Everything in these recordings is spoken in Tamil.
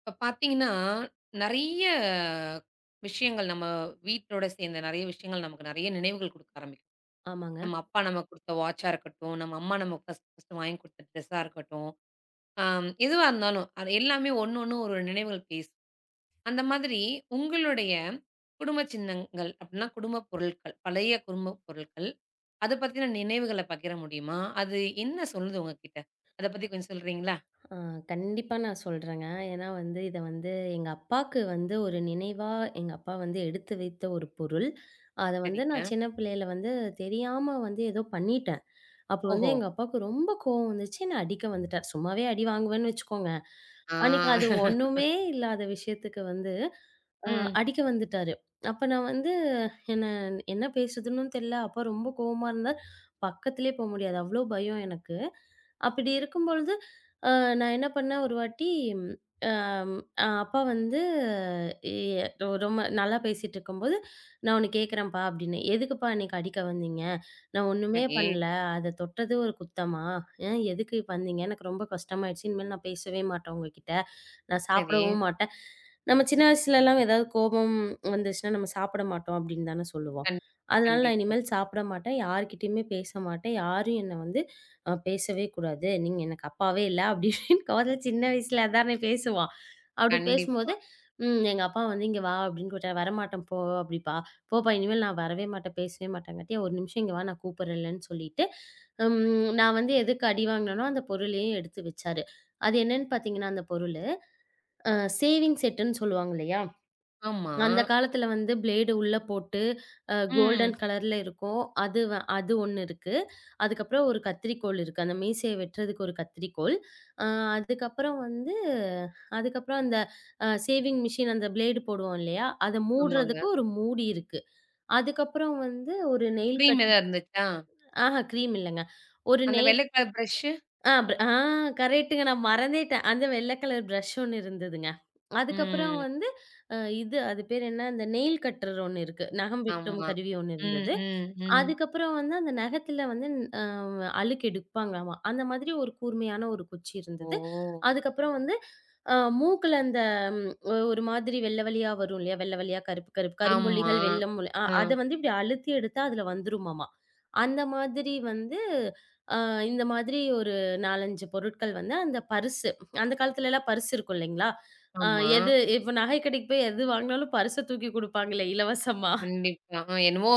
இப்ப பார்த்தீங்கன்னா, நெறைய விஷயங்கள் நம்ம வீட்டோட சேர்ந்த நெறைய விஷயங்கள் நமக்கு நெறைய நினைவுகள் குடுக்க ஆரம்பிக்கும். ஆமாங்க. நம்ம அப்பா நமக்கு குடுத்த வாட்சா இருக்கட்டும், நம்ம அம்மா நமக்கு ஃபர்ஸ்ட் ஃபர்ஸ்ட் வாங்கி குடுத்த ட்ரெஸ்ஸா இருக்கட்டும், ஆம் எதுவா இருந்தாலும் அது எல்லாமே ஒண்ணு ஒண்ணு ஒரு ஒரு நினைவுகள் பேசும். அந்த மாதிரி உங்களுடைய குடும்ப சின்னங்கள் அப்டின்னா, குடும்ப பொருட்கள், பழைய குடும்ப பொருட்கள், அத பத்தின நினைவுகள பகிர முடியுமா? அது என்ன சொல்லுது உங்ககிட்ட? அத பத்தி கொஞ்சம் சொல்றீங்களா? அ கண்டிப்பா நான் சொல்றேங்க. ஏன்னா வந்து இத வந்து எங்க அப்பாக்கு வந்து ஒரு நினைவா எங்க அப்பா வந்து எடுத்து வைத்த ஒரு பொருள். அத வந்து சரிங்க. நான் சின்ன பிள்ளையில வந்து தெரியாம வந்து ஏதோ பண்ணிட்டேன். அப்போ வந்து ஓஹோ! எங்க அப்பாவுக்கு ரொம்ப கோவம் வந்துச்சு. என்ன அடிக்க வந்துட்டார். சும்மாவே அடி வாங்குவேன்னு வச்சுக்கோங்க. ஆ. அன்னைக்கு அது ஒண்ணுமே இல்லாத விஷயத்துக்கு வந்து அ ம். அடிக்க வந்துட்டாரு. அப்ப நான் வந்து என்ன என்ன பேசுதுன்னும் தெரியல. அப்பா ரொம்ப கோவமா இருந்தார். பக்கத்திலே போ முடியாது. அவ்ளோ பயம் எனக்கு. அப்படி இருக்கும்பொழுது, அ நான் என்ன பண்ணேன் ஒரு வாட்டி, அம் அ அப்பா வந்து எ ரொம்ப நல்லா பேசிட்டுருக்கும்போது, "நான் ஒண்ணு கேட்கிறேன்ப்பா" அப்படின்னு. "எதுக்குப்பா அன்னைக்கு அடிக்க வந்தீங்க? நான் ஒண்ணுமே சரி. பண்ணல. அத தொட்டது ஒரு குத்தமா? எதுக்கு இப்ப வந்தீங்க? எனக்கு ரொம்ப கஷ்டமாயிடுச்சு. இனிமேல் நான் பேசவே மாட்டேன் உங்ககிட்ட. நான் சரி. சாப்பிடவும் மாட்டேன்." நம்ம சின்ன வயசுலலாம் ஏதாவது கோபம் வந்துச்சுன்னா, நம்ம சாப்பிட மாட்டோம் அப்படின்னு தானே சொல்லுவோம். கண்டிப்பா, அதனால நான் கண்டிப்பா, இனிமேல் சாப்பிட மாட்டேன். யார்கிட்டயுமே பேச மாட்டேன். யாரும் என்ன வந்து பேசவே கூடாது. நீங்க எனக்கு அப்பாவே இல்ல அப்படின்னு காதுல சின்ன வயசுல அதானே பேசுவான். அப்படி கண்டிப்பா. பேசும்போது, எங்க அப்பா வந்து இங்க வா அப்படின்னு கூப்பிட்டாரு. வரமாட்டேன் போ அப்படிப்பா. போப்பா இனிமேல் நான் வரவே மாட்டேன், பேசவே மாட்டேங்காட்டியும் ஒரு நிமிஷம் இங்க வா நான் கூப்பிடுறேன்லன்னு சொல்லிட்டு, நான் வந்து எதுக்கு அடி வாங்கினேனோ அந்த பொருளையும் எடுத்து வச்சாரு. அது என்னன்னு பார்த்தீங்கன்னா அந்த பொருளு அ சேவிங் செட்டுன்னு சொல்லுவாங்க இல்லையா? ஆமா. அந்த காலத்தில வந்து பிளேடு உள்ள போட்டு, ம். கோல்டன் கலர்ல இருக்கும். அது ஒண்ணு இருக்கு. அதுக்கப்புறம் ஒரு கத்திரிக்கோல் இருக்கு. அந்த மீசைய வெட்டுறதுக்கு ஒரு கத்திரிக்கோல். அ அதுக்கப்புறம் வந்து அதுக்கப்புறம் அந்த சேவிங் மிஷின் அந்த பிளேடு போடுவோம் இல்லையா? அத ஆமாங்க. மூடுறதுக்கு ஒரு மூடி இருக்கு. அதுக்கப்புறம் வந்து ஒரு நெயில் கிரீம் கட் எதா இருந்துச்சா? ஆஹா க்ரீம் இல்லங்க. ஒரு அந்த நெய் வெள்ளை கலர் பிரஷ்ஷு? ஆ ப் ஆ கரெக்ட்டுங்க. நான் மறந்தேட்டேன். அந்த வெள்ள கலர் பிரஷ் ஒண்ணு இருந்ததுங்க. அதுக்கப்புறம் ம். வந்து இது அது பேர் என்ன? அந்த நெயில் கட்டர் ஒண்ணு இருக்கு. நகம் வெட்டும் ஆமா. கருவி ஒண்ணு ம், இருந்தது. ம், ம். அதுக்கப்புறம் வந்து அந்த நகத்துல வந்து அ அழுக்கு எடுப்பாங்களாமா. அந்த மாதிரி ஒரு கூர்மையான ஒரு குச்சி ஓ! இருந்தது. அதுக்கப்புறம் வந்து அ மூக்குல அந்த ஒரு மாதிரி வெள்ள வெள்ளயா வரும் இல்லையா? வெள்ள வெள்ளயா, கருப்பு கருப்பு ஆமா. கரும்புள்ளிகள், வெள்ளம் முள்ளி அ ஆ, அத வந்து இப்படி அழுத்தி எடுத்தா அதுல வந்துருமாமா. அந்த மாதிரி வந்து அ இந்த மாதிரி ஒரு 4, 5 பொருட்கள் வந்து அந்த பர்ஸு அந்த காலத்துலலாம் பர்ஸ் இருக்கும் இல்லைங்களா? அ ஆமா. எது இப்போ நகை கடைக்கு போய் எது வாங்குனாலும் பர்ஸ தூக்கி குடுப்பாங்களே இலவசமா. கண்டிப்பா. என்னவோ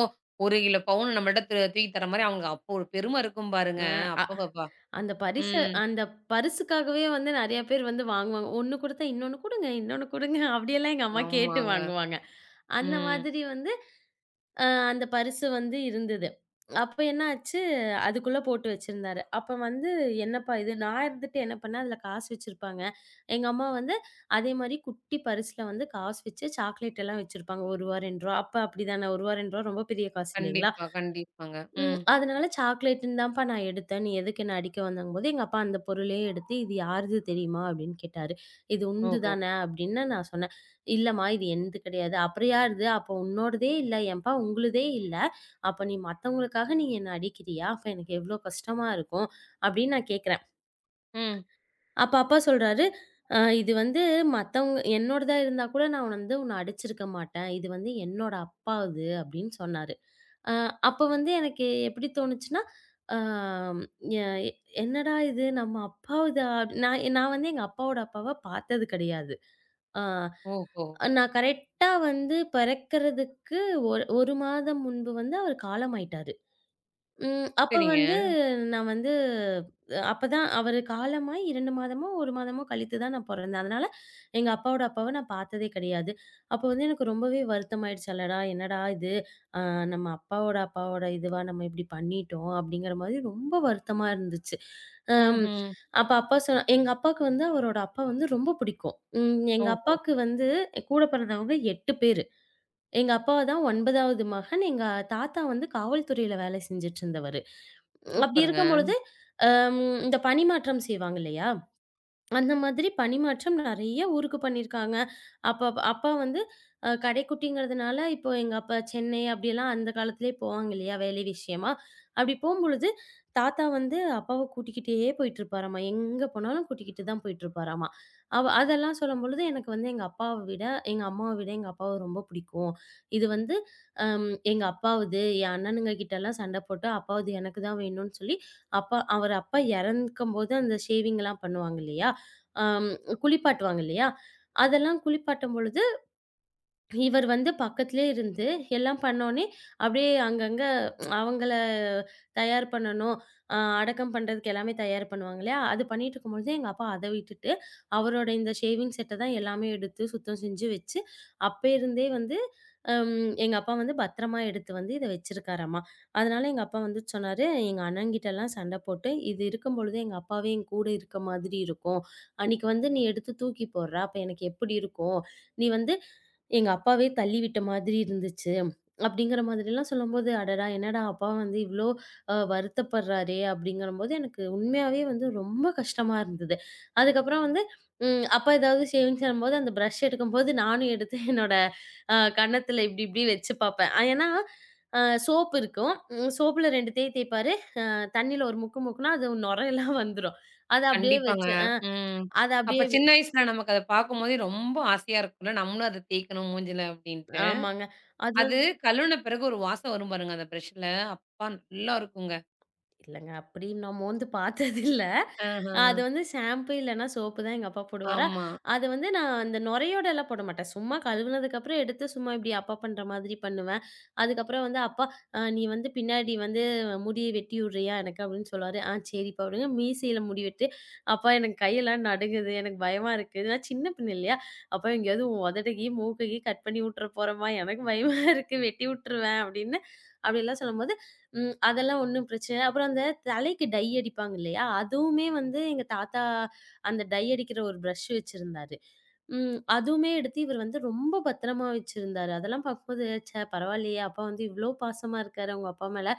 1 கிலோ பவுன் நம்மள்ட்ட தூக்கி தர மாரி அவுங்களுக்கு அப்போ ஒரு பெரும இருக்கும் பாருங்க. அ அப்பப்பப்பா! அந்த பரிச ம். அந்த பரிசுக்காகவே வந்து நெறைய பேர் வந்து வாங்குவாங்க. ஒண்ணு குடுத்தா இன்னொன்னு குடுங்க, இன்னொன்னு குடுங்க அப்படியெல்லாம் எங்க அம்மா கேட்டு ஆமாங்க. வாங்குவாங்க. அந்த ம். மாதிரி வந்து அந்த பரிசு வந்து இருந்தது. அப்ப என்ன ஆச்சு, அதுக்குள்ள போட்டு வச்சிருந்தாரு. அப்ப வந்து என்னப்பா இது? நான் இருந்துட்டு என்ன பண்ணேன், அதுல காசு வச்சிருப்பாங்க. எங்க அம்மா வந்து அதே மாரி குட்டி பரிசுல வந்து காசு வச்சு சாக்லேட் எல்லாம் வச்சிருப்பாங்க. ரூ. 1, ரூ. 2 அப்ப அப்படிதானே ரூ. 1, ரூ. 2 ரொம்ப பெரிய காசு இல்லைங்களா? கண்டிப்பா, கண்டிப்பாங்க. ம். அதனால சாக்லேட்டுன்னு தான்ப்பா நான் எடுத்தேன். நீ எதுக்கு என்ன அடிக்க வந்தங்கும்போது, எங்க அப்பா அந்த பொருளே எடுத்து, "இது யாருது தெரியுமா?" அப்படின்னு கேட்டாரு. "இது உன்து ஓஹோ! தானே?" அப்படின்னு நான் சொன்னேன். "இல்லம்மா, இது என்னது கிடையாது." "அப்புறம் யாருது?" "அப்போ உன்னோடதே இல்ல ஏன்ப்பா? உங்களுதே இல்ல. அப்ப நீ மத்தவங்களுக்காக நீ என்ன அடிக்கிறியா? அப்ப எனக்கு எவ்ளோ கஷ்டமா இருக்கும்." அப்படின்னு நான் கேட்கிறேன். ம். அப்ப அப்பா சொல்றாரு, இது வந்து மத்தவங்க என்னோடதா இருந்தா கூட நான் வந்து உன்ன அடிச்சிருக்க மாட்டேன். இது வந்து என்னோட அப்பாவுது." அப்படின்னு சொன்னாரு. அ அப்ப வந்து எனக்கு எப்படி தோணுச்சுன்னா, அம் எ என்னடா இது நம்ம அப்பாவுதா நான் நான் வந்து எங்க அப்பாவோட அப்பாவ பார்த்தது கிடையாது. அ ஓஹோ! நான் கரெக்ட்டா வந்து பிறக்கறதுக்கு ஒரு 1 மாதம் முன்பு வந்து அவர் காலமாயிட்டாரு. ம். அப்ப சரிங்க. வந்து நான் வந்து அப்பதான் அவரு காலமாய் 2 மாதமோ, 1 மாதமோ கழித்து தான் நான் பொறந்தேன். அதனால எங்க அப்பாவோட அப்பாவ நான் பார்த்ததே கிடையாது. அப்போ வந்து எனக்கு ரொம்பவே வருத்தமாயிடுச்சு. அடடா! என்னடா இது? அ நம்ம அப்பாவோட அப்பாவோட இதுவா நம்ம இப்படி பண்ணிட்டோம் அப்படிங்கிற மாதிரி ரொம்ப வருத்தமா இருந்துச்சு. அம் ம்ஹ்ம். அப்ப அப்பா சொ எங்க அப்பாவுக்கு வந்து அவரோட அப்பா வந்து ரொம்ப பிடிக்கும். எங்க ஓஹோ! அப்பாவுக்கு வந்து கூட பிறந்தவங்க 8 பேரு. எங்க அப்பா தான் 9வது மகன். எங்க தாத்தா வந்து காவல்துறையில வேலை செஞ்சுட்டு இருந்தவரு. அப்டி சூப்பருங்க. இருக்கும் பொழுது, அம் இந்த பணிமாற்றம் செய்வாங்க இல்லையா? அந்த மாதிரி பணிமாற்றம் நெறைய ஊருக்கு பண்ணியிருக்காங்க. அப்ப அப்பா வந்து கடைக்குட்டிங்கிறதுனால, இப்போ எங்க அப்பா சென்னை அப்படிலாம் அந்த காலத்திலேயே போவாங்க இல்லையா, வேலை விஷயமா. அப்படி போம்பொழுது, தாத்தா வந்து அப்பாவ கூட்டிக்கிட்டே போயிட்டுருப்பாராமா. எங்க போனாலும் கூட்டிக்கிட்டு தான் போயிட்டுருப்பாராமா. அதெல்லாம் சொல்லும்பொழுது, எனக்கு வந்து எங்க அப்பாவ விட, எங்க அம்மாவ விட எங்க அப்பாவ ரொம்ப பிடிக்கும். இது வந்து ம். எங்க அப்பாவுது, என் அண்ணனுங்க கிட்டலாம் சண்ட போட்டு, அப்பாவுது எனக்கு தான் வேணும்னு சொல்லி, அப்பா அவர் அப்பா இறக்கும்போது அந்த ஷேவிங்லாம் பண்ணுவாங்க இல்லையா? அம் குளிப்பாட்டுவாங்க இல்லையா? அதெல்லாம் குளிப்பாட்டும் பொழுது, இவர் வந்து பக்கத்திலே இருந்து எல்லாம் பண்ணோனே, அப்படியே அங்கங்க அவங்கள தயார் பண்ணணும். அடக்கம் பண்றதுக்கு எல்லாமே தயார் பண்ணுவாங்க இல்லையா? அது பண்ணிட்டுருக்கும்பொழுது, எங்க அப்பா அத விட்டுட்டு, அவரோட இந்த ஷேவிங் செட்ட தான் எல்லாமே எடுத்து சுத்தம் செஞ்சு வச்சு, அப்பேருந்தே வந்து அம் எங்க அப்பா வந்து பத்திரமா எடுத்து வந்து இத வச்சிருக்காராம்மா. அதனால எங்க அப்பா வந்து சொன்னாரு, எங்க அண்ணன்கிட்டலாம் சண்ட போட்டு, இது இருக்கும்பொழுது எங்க அப்பாவே என் கூட இருக்க மாதிரி இருக்கும். அன்னைக்கு வந்து நீ எடுத்து தூக்கி போடுற, அப்ப எனக்கு எப்படி இருக்கும்? நீ வந்து எங்க அப்பாவே தள்ளிவிட்ட மாதிரி இருந்துச்சு. அப்படிங்கிற மாதிரிலாம் சொல்லும்போது, "அடடா! என்னடா அப்பா வந்து இவ்ளோ வருத்தப்படுறாரே!" அப்படிங்கிறம்போது எனக்கு உண்மையாவே வந்து ரொம்ப கஷ்டமா இருந்தது. அதுக்கப்புறம் வந்து அப்பா ஏதாவது ஷேவிங்ஸும்போது அந்த பிரஷ் எடுக்கும்போது நானும் எடுத்து என்னோட கன்னத்துல இப்டி இப்டி வச்சு பாப்பேன். அ ஏன்னா அ சோப்பு இருக்கும். சோப்புல 2 தேய்ப்பாரு. தண்ணீல ஒரு முக்கு முக்குனா அது நுரையெல்லாம் வந்துரும். அத அப்படியே கண்டிப்பாங்க. வச்சு அ ம். அத அப்ப அப்படியே சின்ன வயசுல நமக்கு அத பார்க்கும்போதே ரொம்ப ஆசையா இருக்கும்ல. நம்மளும் அத தேய்க்கணும் மூஞ்சில அப்டின்ட்டு. ஆமாங்க. அது அது கழுவுன பிறகு ஒரு வாசம் வரும் பாருங்க அந்த பிரஷ்ல. அப்பா நல்லா இருக்குங்க. இல்லங்க. அப்படி நான் மோந்து பார்த்ததில்ல. ஆஹா. அது வந்து ஷாம்பு இல்லன்னா சோப்பு தான் எங்க அப்பா போடுவாரா. ஆமா. அது வந்து நான் அந்த நுரையோடலாம் போட மாட்டேன். சும்மா கழுவுனதுக்கப்புறம் எடுத்து சும்மா இப்படி அப்பா பண்ற மாதிரி பண்ணுவேன். அதுக்கப்புறம் வந்து அப்பா நீ வந்து பின்னாடி வந்து முடிய வெட்டி விடுறியா எனக்கு?" அப்படின்னு சொல்லுவாரு. "ஆ சரிப்பா" அப்படிங்க. மீசையில முடி வெட்டி, "அப்பா எனக்கு கையெல்லாம் நடுங்குது. எனக்கு பயமா இருக்கு." நான் சின்ன பின்ன இல்லையா? "அப்பா எங்கேயாவது உன் உதடுகி, மூக்குகி கட் பண்ணி விட்டுற போறோமா? எனக்கு பயமா இருக்கு. வெட்டி விட்டுருவேன்." அப்படின்னு அப்படிலாம் சொல்லும்போது அதெல்லாம் ஒண்ணும் பிரச்சனை இல்ல. அப்புறம் அந்த தலைக்கு டை அடிப்பாங்க இல்லையா? அதுவுமே வந்து எங்க தாத்தா அந்த டை அடிக்கிற ஒரு பிரஷ் வச்சிருந்தாரு. ம். அதுவுமே எடுத்து இவர் வந்து ரொம்ப பத்திரமா வச்சிருந்தாரு. அதெல்லாம் பார்க்கும்போது, ச்சே பரவாயில்லையே! அப்பா வந்து இவ்ளோ பாசமா இருக்காரு அவங்க அப்பா மேல.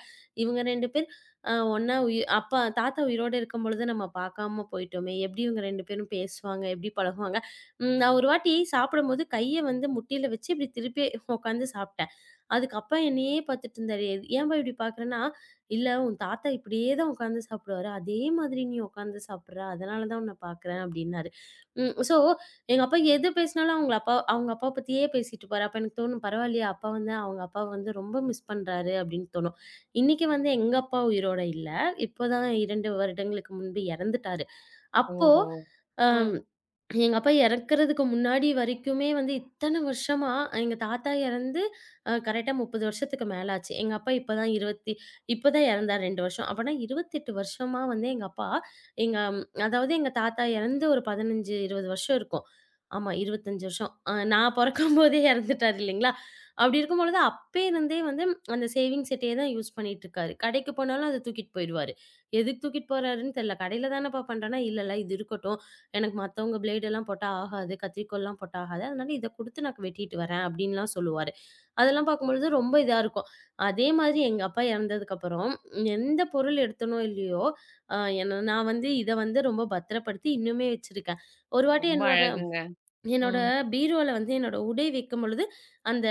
இவங்க 2 பேர் அ ஒண்ணா உயி அப்பா தாத்தா உயிரோட இருக்கும்பொழுது நம்ம பார்க்காம போயிட்டோமே! எப்படி இவங்க 2 பேரும் பேசுவாங்க? எப்படி பழகுவாங்க? ம். நான் ஒரு வாட்டி சாப்பிடும்போது கைய வந்து முட்டியில வச்சு இப்படி திருப்பி உட்காந்து சாப்பிட்டேன். அதுக்கு அப்பா என்னையே பார்த்துட்டு இருந்தாரு. ஏன்பா இப்படி பார்க்குறேன்னா, "இல்ல உன் தாத்தா இப்படியே தான் உட்காந்து சாப்பிடுவாரு. அதே மாதிரி நீ உட்காந்து சாப்பிடுற. அதனால தான் உன்ன பார்க்குறேன்" அப்படின்னாரு. ம். ஸோ எங்க அப்பா எது பேசினாலும் அவங்கள அப்பா அவங்க அப்பா பத்தியே பேசிட்டு இருப்பாரு. அப்ப எனக்கு தோணும், பரவாயில்லையே அப்பா வந்து அவங்க அப்பாவ வந்து ரொம்ப மிஸ் பண்றாரு அப்படின்னு தோணும். இன்னைக்கு வந்து எங்க அப்பா உயிரோட இல்ல. இப்போதான் 2 வருடங்களுக்கு முன்பு இறந்துட்டாரு. அப்போ, ஓஹோ! அ ம். எங்க அப்பா இறக்கறதுக்கு முன்னாடி வரைக்குமே வந்து இத்தன வருஷமா எங்க தாத்தா இறந்து கரெக்ட்டா 30 வருஷத்துக்கு மேல ஆச்சு. எங்க அப்பா இப்ப தான் 20 இப்ப தான் இறந்தார் 2 வருஷம். அப்பன்னா 28 வருஷமா வந்து எங்க அப்பா எங்க ம், அதாவது எங்க தாத்தா இறந்து ஒரு 15, 20 வருஷம் இருக்கும். ஆமா 25 வருஷம். நான் பொறக்கும்போதே இறந்துட்டாரு இல்லைங்களா? அப்படி இருக்கும்பொழுது அப்பேருந்தே வந்து அந்த சேவிங்ஸ் செட்டையே தான் யூஸ் பண்ணிட்டு இருக்காரு. கடைக்கு போனாலும் அத தூக்கிட்டு போயிருவாரு. எதுக்கு தூக்கிட்டு போறாருன்னு தெரியல. கடையில தானப்பா பண்றேன்னா, இல்ல இல்ல இது இருக்கட்டும். எனக்கு மத்தவங்க பிளேட் எல்லாம் போட்டா ஆகாது. கத்திரிக்கோல்லாம் போட்டா ஆகாது. அதனால இத குடுத்து நான் வெட்டிட்டு வரேன் அப்டின்லாம் சொல்லுவாரு. அதெல்லாம் பார்க்கும்பொழுது ரொம்ப இதா இருக்கும். அதே மாதிரி எங்க அப்பா இறந்ததுக்கப்புறம் எந்த பொருள் எடுத்தனோ இல்லையோ, அ என்ன நான் வந்து இத வந்து ரொம்ப பத்திரப்படுத்தி இன்னுமே வச்சிருக்கேன். ஒரு வாட்டி ரொம்ப என்னோட அழகுங்க. என்னோட ம். பீரோல வந்து என்னோட உடை வைக்கும்பொழுது, அந்த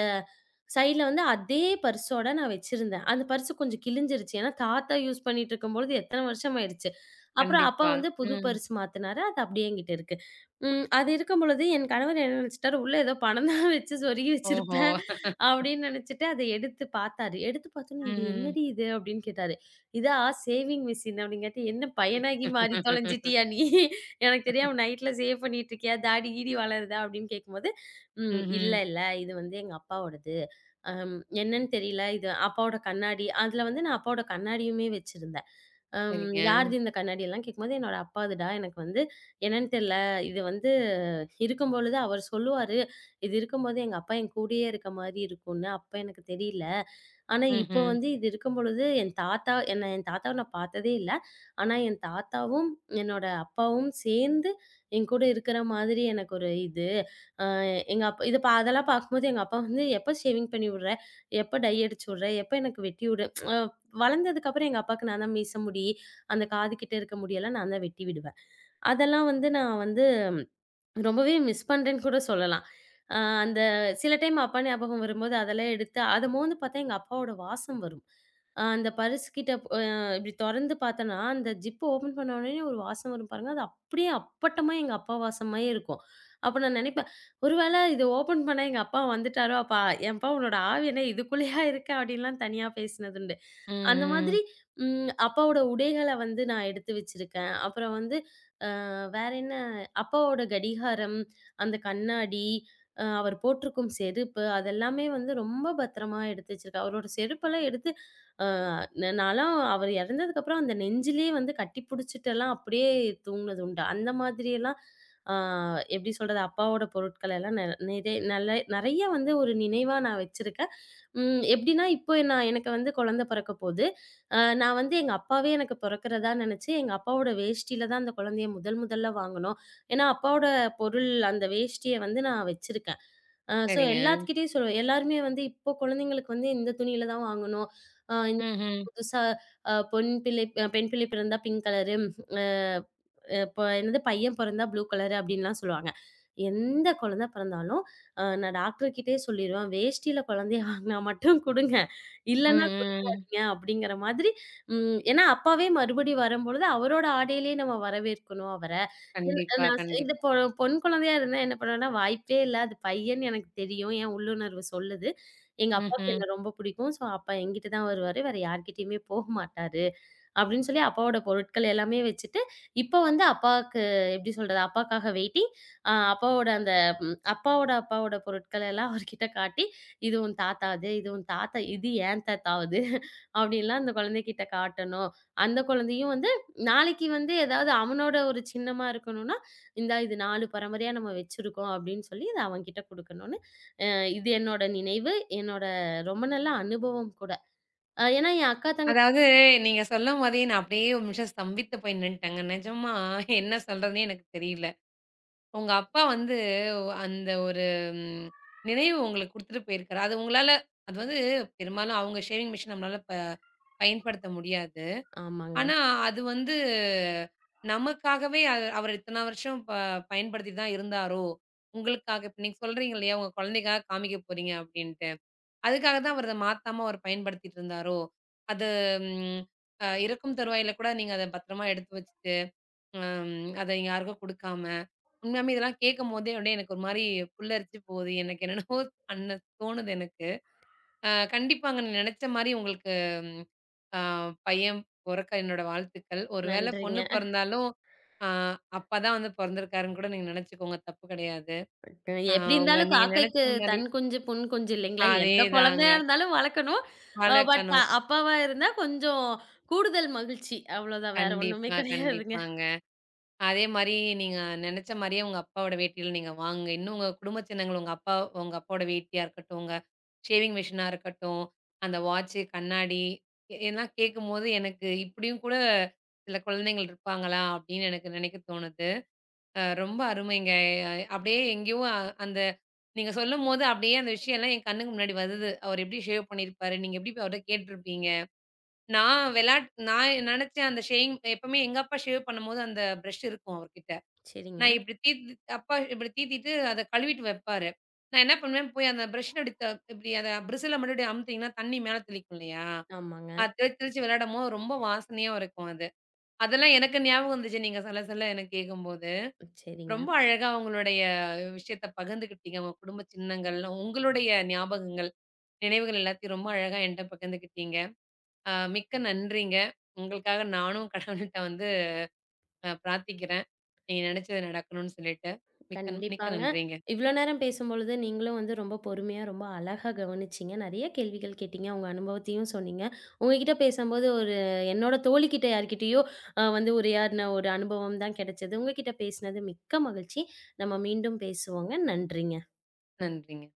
சைட்ல வந்து அதே பர்ஸோட நான் வச்சிருந்தேன். அந்த பர்ஸ் கொஞ்சம் கிழிஞ்சிருச்சு. ஏன்னா, தாத்தா யூஸ் பண்ணிட்டுருக்கும்பொழுது எத்தன வருஷம் ஆயிடுச்சு. அப்புறம் அப்பா கண்டிப்பா. வந்து புது ம். பர்ஸ் மாத்துனாரு. அது அப்படியே என்கிட்ட இருக்கு. அது இருக்கும்பொழுது என் கணவர் என்ன நினைச்சுட்டாரு, "உள்ள ஏதோ பணம் தான் வச்சு சொருகி ஓஹோ! வச்சிருப்பேன்" அப்படின்னு நினைச்சுட்டு அத எடுத்து பார்த்தாரு. எடுத்து பார்த்தோனே, "இது ம். என்னடி இது?" அப்படின்னு கேட்டாரு. "இதா சேவிங் மிஷின்" அப்படிங்காட்டி, "என்ன பையனாகி மாறி தொலைஞ்சிட்டியா நீ? எனக்கு தெரியாம நைட்ல சேவ் பண்ணிட்டுருக்கியா, தாடி கீடி வளருதா?" அப்படின்னு கேட்கும்போது, இல்ல, ம்ஹ்ம். இல்ல. இது வந்து எங்க அப்பாவோடது. என்னன்னு தெரியல. இது அப்பாவோட கண்ணாடி. அதுல வந்து நான் அப்பாவோட கண்ணாடியுமே வச்சிருந்தேன். சரிங்க. யாருது இந்த கண்ணாடி எல்லாம் கேட்கும்போது, என்னோட அப்பாதுடா. எனக்கு வந்து என்னன்னு தெரியல. இது வந்து இருக்கும்பொழுது அவர் சொல்லுவாரு, "இது இருக்கும்போது எங்க அப்பா என் கூடயே இருக்க மாரி இருக்கும்னு. அப்ப எனக்கு தெரியல. ஆனா இப்போ ம்ஹ்ம். வந்து இது இருக்கும்பொழுது என் தாத்தா என் தாத்தாவ நான் பார்த்ததே இல்ல. ஆனா என் தாத்தாவும், என்னோட அப்பாவும் சேர்ந்து என் கூட இருக்கிற மாதிரி எனக்கு ஒரு இது. அ எங்க அப்பா இத பா அதெல்லாம் பார்க்கும்போது எங்க அப்பா வந்து, "எப்ப ஷேவிங் பண்ணி விடுற? எப்ப டை அடிச்சு விடுற? எப்ப எனக்கு வெட்டி விடு?" அ வளர்ந்ததுக்கப்புறம் எங்க அப்பாவுக்கு நான் தான் மீச முடி, அந்த காது கிட்ட இருக்க முடியெல்லாம் நான் தான் வெட்டி விடுவேன். அதெல்லாம் வந்து நான் வந்து ரொம்பவே மிஸ் பண்றேன்னு கூட சொல்லலாம். அ அந்த சில டைம் அப்பா ஞாபகம் வரும்போது அதெல்லாம் எடுத்து அத மோந்து பார்த்தா எங்க அப்பாவோட வாசம் வரும். அ அந்த பர்ஸ் கிட்ட அ இப்டி தொறந்து பார்த்தேன்னா, அந்த ஜிப் ஓப்பன் பண்ண உடனே ஒரு வாசம் வரும் பாருங்க. அது அப்டியே அப்பட்டமா எங்க அப்பா வாசமாயே இருக்கும். அப்ப நான் நெனைப்பேன், ஒரு வேள இத ஓப்பன் பண்ணா எங்க அப்பா வந்துட்டாரோ! அப்ப "ஏன்பா உன்னோட ஆவி என்ன இதுக்குள்ளேயா இருக்கு?" அப்டின்லாம் தனியா பேசினதுண்டு. ம், அந்த ம். மாதிரி அப்பாவோட உடைகள வந்து நான் எடுத்து வச்சிருக்கேன். அப்புறம் வந்து வேற என்ன அப்பாவோட கடிகாரம், அந்த கண்ணாடி, அவர் போட்டிருக்கும் செருப்பு அதெல்லாமே வந்து ரொம்ப பத்திரமா எடுத்து வச்சிருக்கேன். அவரோட செருப்பெல்லாம் எடுத்து அ ந நான்லாம் அவர் இறந்ததுக்கப்புறம் அந்த நெஞ்சிலேயே வந்து கட்டி புடிச்சுட்டுலாம் அப்படியே தூங்குனது உண்டு. அந்த மாதிரியெல்லாம் அ எப்படி சொல்றது, அப்பாவோட பொருட்கள் எல்லாம் நெ நிறை நல்ல நெறைய வந்து ஒரு நினைவா நான் வச்சிருக்கேன். எப்படின்னா இப்போ நான் எனக்கு வந்து குழந்தை பிறக்க போது. நான் வந்து எங்க அப்பாவே எனக்கு பொறக்கிறதா நினச்சு, எங்க அப்பாவோட வேஷ்டியில தான் அந்த குழந்தைய முதல் முதல்ல வாங்குனோம். ஏன்னா, அப்பாவோட பொருள் அந்த வேஷ்டிய வந்து நான் வச்சிருக்கேன். ஸோ சரிங்க. எல்லாத்துக்கிட்டயும் சொல்லுவேன். எல்லாருமே வந்து இப்போ குழந்தைங்களுக்கு வந்து இந்த துணியில தான் வாங்கணும். அ இந்த ம்ஹ்ம். புதுசா அ பொண் பிள்ளை அ பெண் பிள்ளை பிறந்தா பிங்க் கலரு, அ அ இப்ப என்னது பையன் பொறந்தா ப்ளூ கலரு அப்டின்லாம் சொல்லுவாங்க. எந்த குழந்தை பிறந்தாலும், நான் டாக்டர் கிட்டயே சொல்லிருவேன். வேஷ்டியில குழந்தைய வாங்கினா மட்டும் குடுங்க. ம், இல்லன்னா ம். பண்ணாதீங்க அப்படிங்கிற மாதிரி ஏன்னா அப்பாவே மறுபடியும் வரும்பொழுது அவரோட ஆடையிலேயே நம்ம வரவேற்கணும் அவர. கண்டிப்பா, நான் இந்த கண்டிப்பா. பொண் குழந்தையா இருந்தா என்ன பண்ணுவேன்னா, வாய்ப்பே இல்ல. அது பையன்னு எனக்கு தெரியும். என் உள்ளுணர்வு சொல்லுது. எங்க அப்பாவுக்கு ம்ஹ்ம். என்ன ரொம்ப பிடிக்கும். ஸோ அப்பா என்கிட்ட தான் வருவாரு. வேற யார்கிட்டயுமே போக மாட்டாரு. அப்படின்னு சொல்லி அப்பாவோட பொருட்கள் எல்லாமே வச்சுட்டு, இப்ப வந்து அப்பாவுக்கு எப்படி சொல்றது? அப்பாக்காக வெயிட்டிங். அ அப்பாவோட அந்த அப்பாவோட அப்பாவோட பொருட்கள் எல்லாம் அவர்கிட்ட காட்டி, "இது உன் தாத்தாது, இது ஏன் தாத்தாவுது" அப்படின்லாம் அந்த குழந்தைகிட்ட காட்டணும். அந்த குழந்தையும் வந்து நாளைக்கு வந்து ஏதாவது அவனோட ஒரு சின்னமா இருக்கணும்னா, "இந்தா இது 4 பரம்பரையா நம்ம வச்சிருக்கோம்" அப்படின்னு சொல்லி அத அவன்கிட்ட குடுக்கணும்னு, அ இது என்னோட நினைவு, என்னோட ரொம்ப நல்ல அனுபவம் கூட. அ ஏன்னா என் அக்கா, தங்க அதாவது நீங்க சொல்லும் போதே நான் அப்படியே ஒரு நிமிஷம் ஸ்தம்பித்து போய் நின்னுட்டேங்க. நிஜமா என்ன சொல்றதுன்னே எனக்கு தெரியல. உங்க அப்பா வந்து அந்த ஒரு ம் நினைவு உங்களுக்கு குடுத்துட்டு போயிருக்காரு. அது உங்களால அது வந்து பெரும்பாலும் அவங்க ஷேவிங் மிஷின் நம்மளால பயன்படுத்த முடியாது. ஆமாங்க. ஆனா அது வந்து நமக்காகவே அ அவர் இத்தன வருஷம் பயன்படுத்திட்டு தான் இருந்தாரோ! உங்களுக்காக இப்ப நீங்க சொல்றீங்க இல்லையா? உங்க குழந்தைக்காக காமிக்க போறீங்க அப்படின்ட்டு. அதுக்காக தான் அவரு அத மாத்தாம அவரு பயன்படுத்திட்டு இருந்தாரோ! அது ம் இறக்கும் தருவாயில கூட நீங்க அத பத்திரமா எடுத்து வச்சுட்டு, அத யாருக்கும் குடுக்காம, உண்மையாமே இதெல்லாம் கேட்கும்போதே அப்படியே எனக்கு ஒரு மாரி புல்லரிச்சு போகுது. எனக்கு என்னென்னவோ பண்ண தோணுது எனக்கு. கண்டிப்பாங்க நான் நெனச்ச மாரி உங்களுக்கு ம் அ பையன் பொறக்க என்னோட வாழ்த்துக்கள். ஒரு வேள நன்றிங்க. பொண்ணு பொறந்தாலும், அ அப்பா தான் வந்து பொறந்திருக்காருன்னு கூட நீங்க நெனச்சுக்கோங்க. தப்பு கிடையாது. அ எப்டி உங்க இருந்தாலும் நீங்க காக்கைக்கு நெனச்ச மாரி தன் குஞ்சு, பொன் குஞ்சு இல்லைங்களா? எந்த அதேதாங்க. குழந்தையா இருந்தாலும் வளர்க்கணும். அ பட் வளர்க்கணும். அப்பாவா இருந்தா கொஞ்சம் கூடுதல் மகிழ்ச்சி. அவ்வளோதான் வேற ஒண்ணுமே கண்டிப்பா, கிடையாதுங்க. கண்டிப்பாங்க. அதே மாரி நீங்க நெனச்ச மாரியே உங்க அப்பாவோட வேட்டியில நீங்க வாங்குங்க. இன்னும் உங்க குடும்ப சின்னங்கள் உங்க அப்பா உங்க அப்பாவோட வேட்டியா இருக்கட்டும், உங்க ஷேவிங் மிஷினா இருக்கட்டும், அந்த வாட்சு, கண்ணாடி எல்லாம் கேட்கும்போது எனக்கு இப்படியும் கூட சில குழந்தைகள் இருப்பாங்களா? அப்படின்னு எனக்கு நெனைக்க தோணுது. ரொம்ப அருமைங்க. அப்படியே எங்கேயோ அந்த நீங்க சொல்லும்போது அப்படியே அந்த விஷயம் எல்லாம் என் கண்ணுக்கு முன்னாடி வருது. அவர் எப்படி ஷேவ் பண்ணியிருப்பாரு? நீங்க எப்படி அவர்ட்ட கேட்டுருப்பீங்க? நான் வெளாட் நான் நெனச்சேன் அந்த ஷேவிங் எப்பவுமே எங்க அப்பா ஷேவ் பண்ணும்போது அந்த பிரஷ் இருக்கும் அவர்கிட்ட. சரிங்க. நான் இப்டி தீத்தி அப்பா இப்டி தீத்திட்டு அத கழுவிட்டு வைப்பாரு. நான் என்ன பண்ணுவேன், போய் அந்த பிரஷ்ல இப்டி இப்டி அத பிரிசில மட்டும் இப்டி அமுத்திங்கன்னா, தண்ணி மேல தெளிக்கும் இல்லையா? ஆமாங்க. அது தெளிச்சு தெளிச்சு விளையாடும்போது ரொம்ப வாசனையா இருக்கும் அது. அதெல்லாம் எனக்கு ஞாபகம் வந்துச்சு நீங்க சொல்ல சொல்ல எனக்கு கேட்கும்போது. சரிங்க. ரொம்ப அழகா உங்களுடைய விஷயத்த பகிர்ந்துக்கிட்டீங்க. உங்க குடும்ப சின்னங்கள், உங்களுடைய ஞாபகங்கள், நினைவுகள் எல்லாத்தையும் ரொம்ப அழகா என்ட்ட பகிர்ந்துக்கிட்டீங்க. ஆ மிக்க நன்றிங்க. உங்களுக்காக நானும் கடவுள்ட்ட வந்து பிரார்த்திக்கிறேன். நீங்க நெனச்சது நடக்கணும்னு சொல்லிட்டு. மிக்க மிக்க கண்டிப்பாங்க. நன்றிங்க. இவ்ளோ நேரம் பேசும்பொழுது நீங்களும் வந்து ரொம்ப பொறுமையா, ரொம்ப அழகா கவனிச்சீங்க. நெறைய கேள்விகள் கேட்டீங்க. உங்க அனுபவத்தையும் சொன்னீங்க. உங்ககிட்ட பேசும்போது ஒரு என்னோட தோழிகிட்ட யார்கிட்டயோ வந்து உரையாடின ஒரு அனுபவம் தான் கிடைச்சது. உங்ககிட்ட பேசினது மிக்க மகிழ்ச்சி. நம்ம மீண்டும் பேசுவோங்க. நன்றிங்க. நன்றிங்க.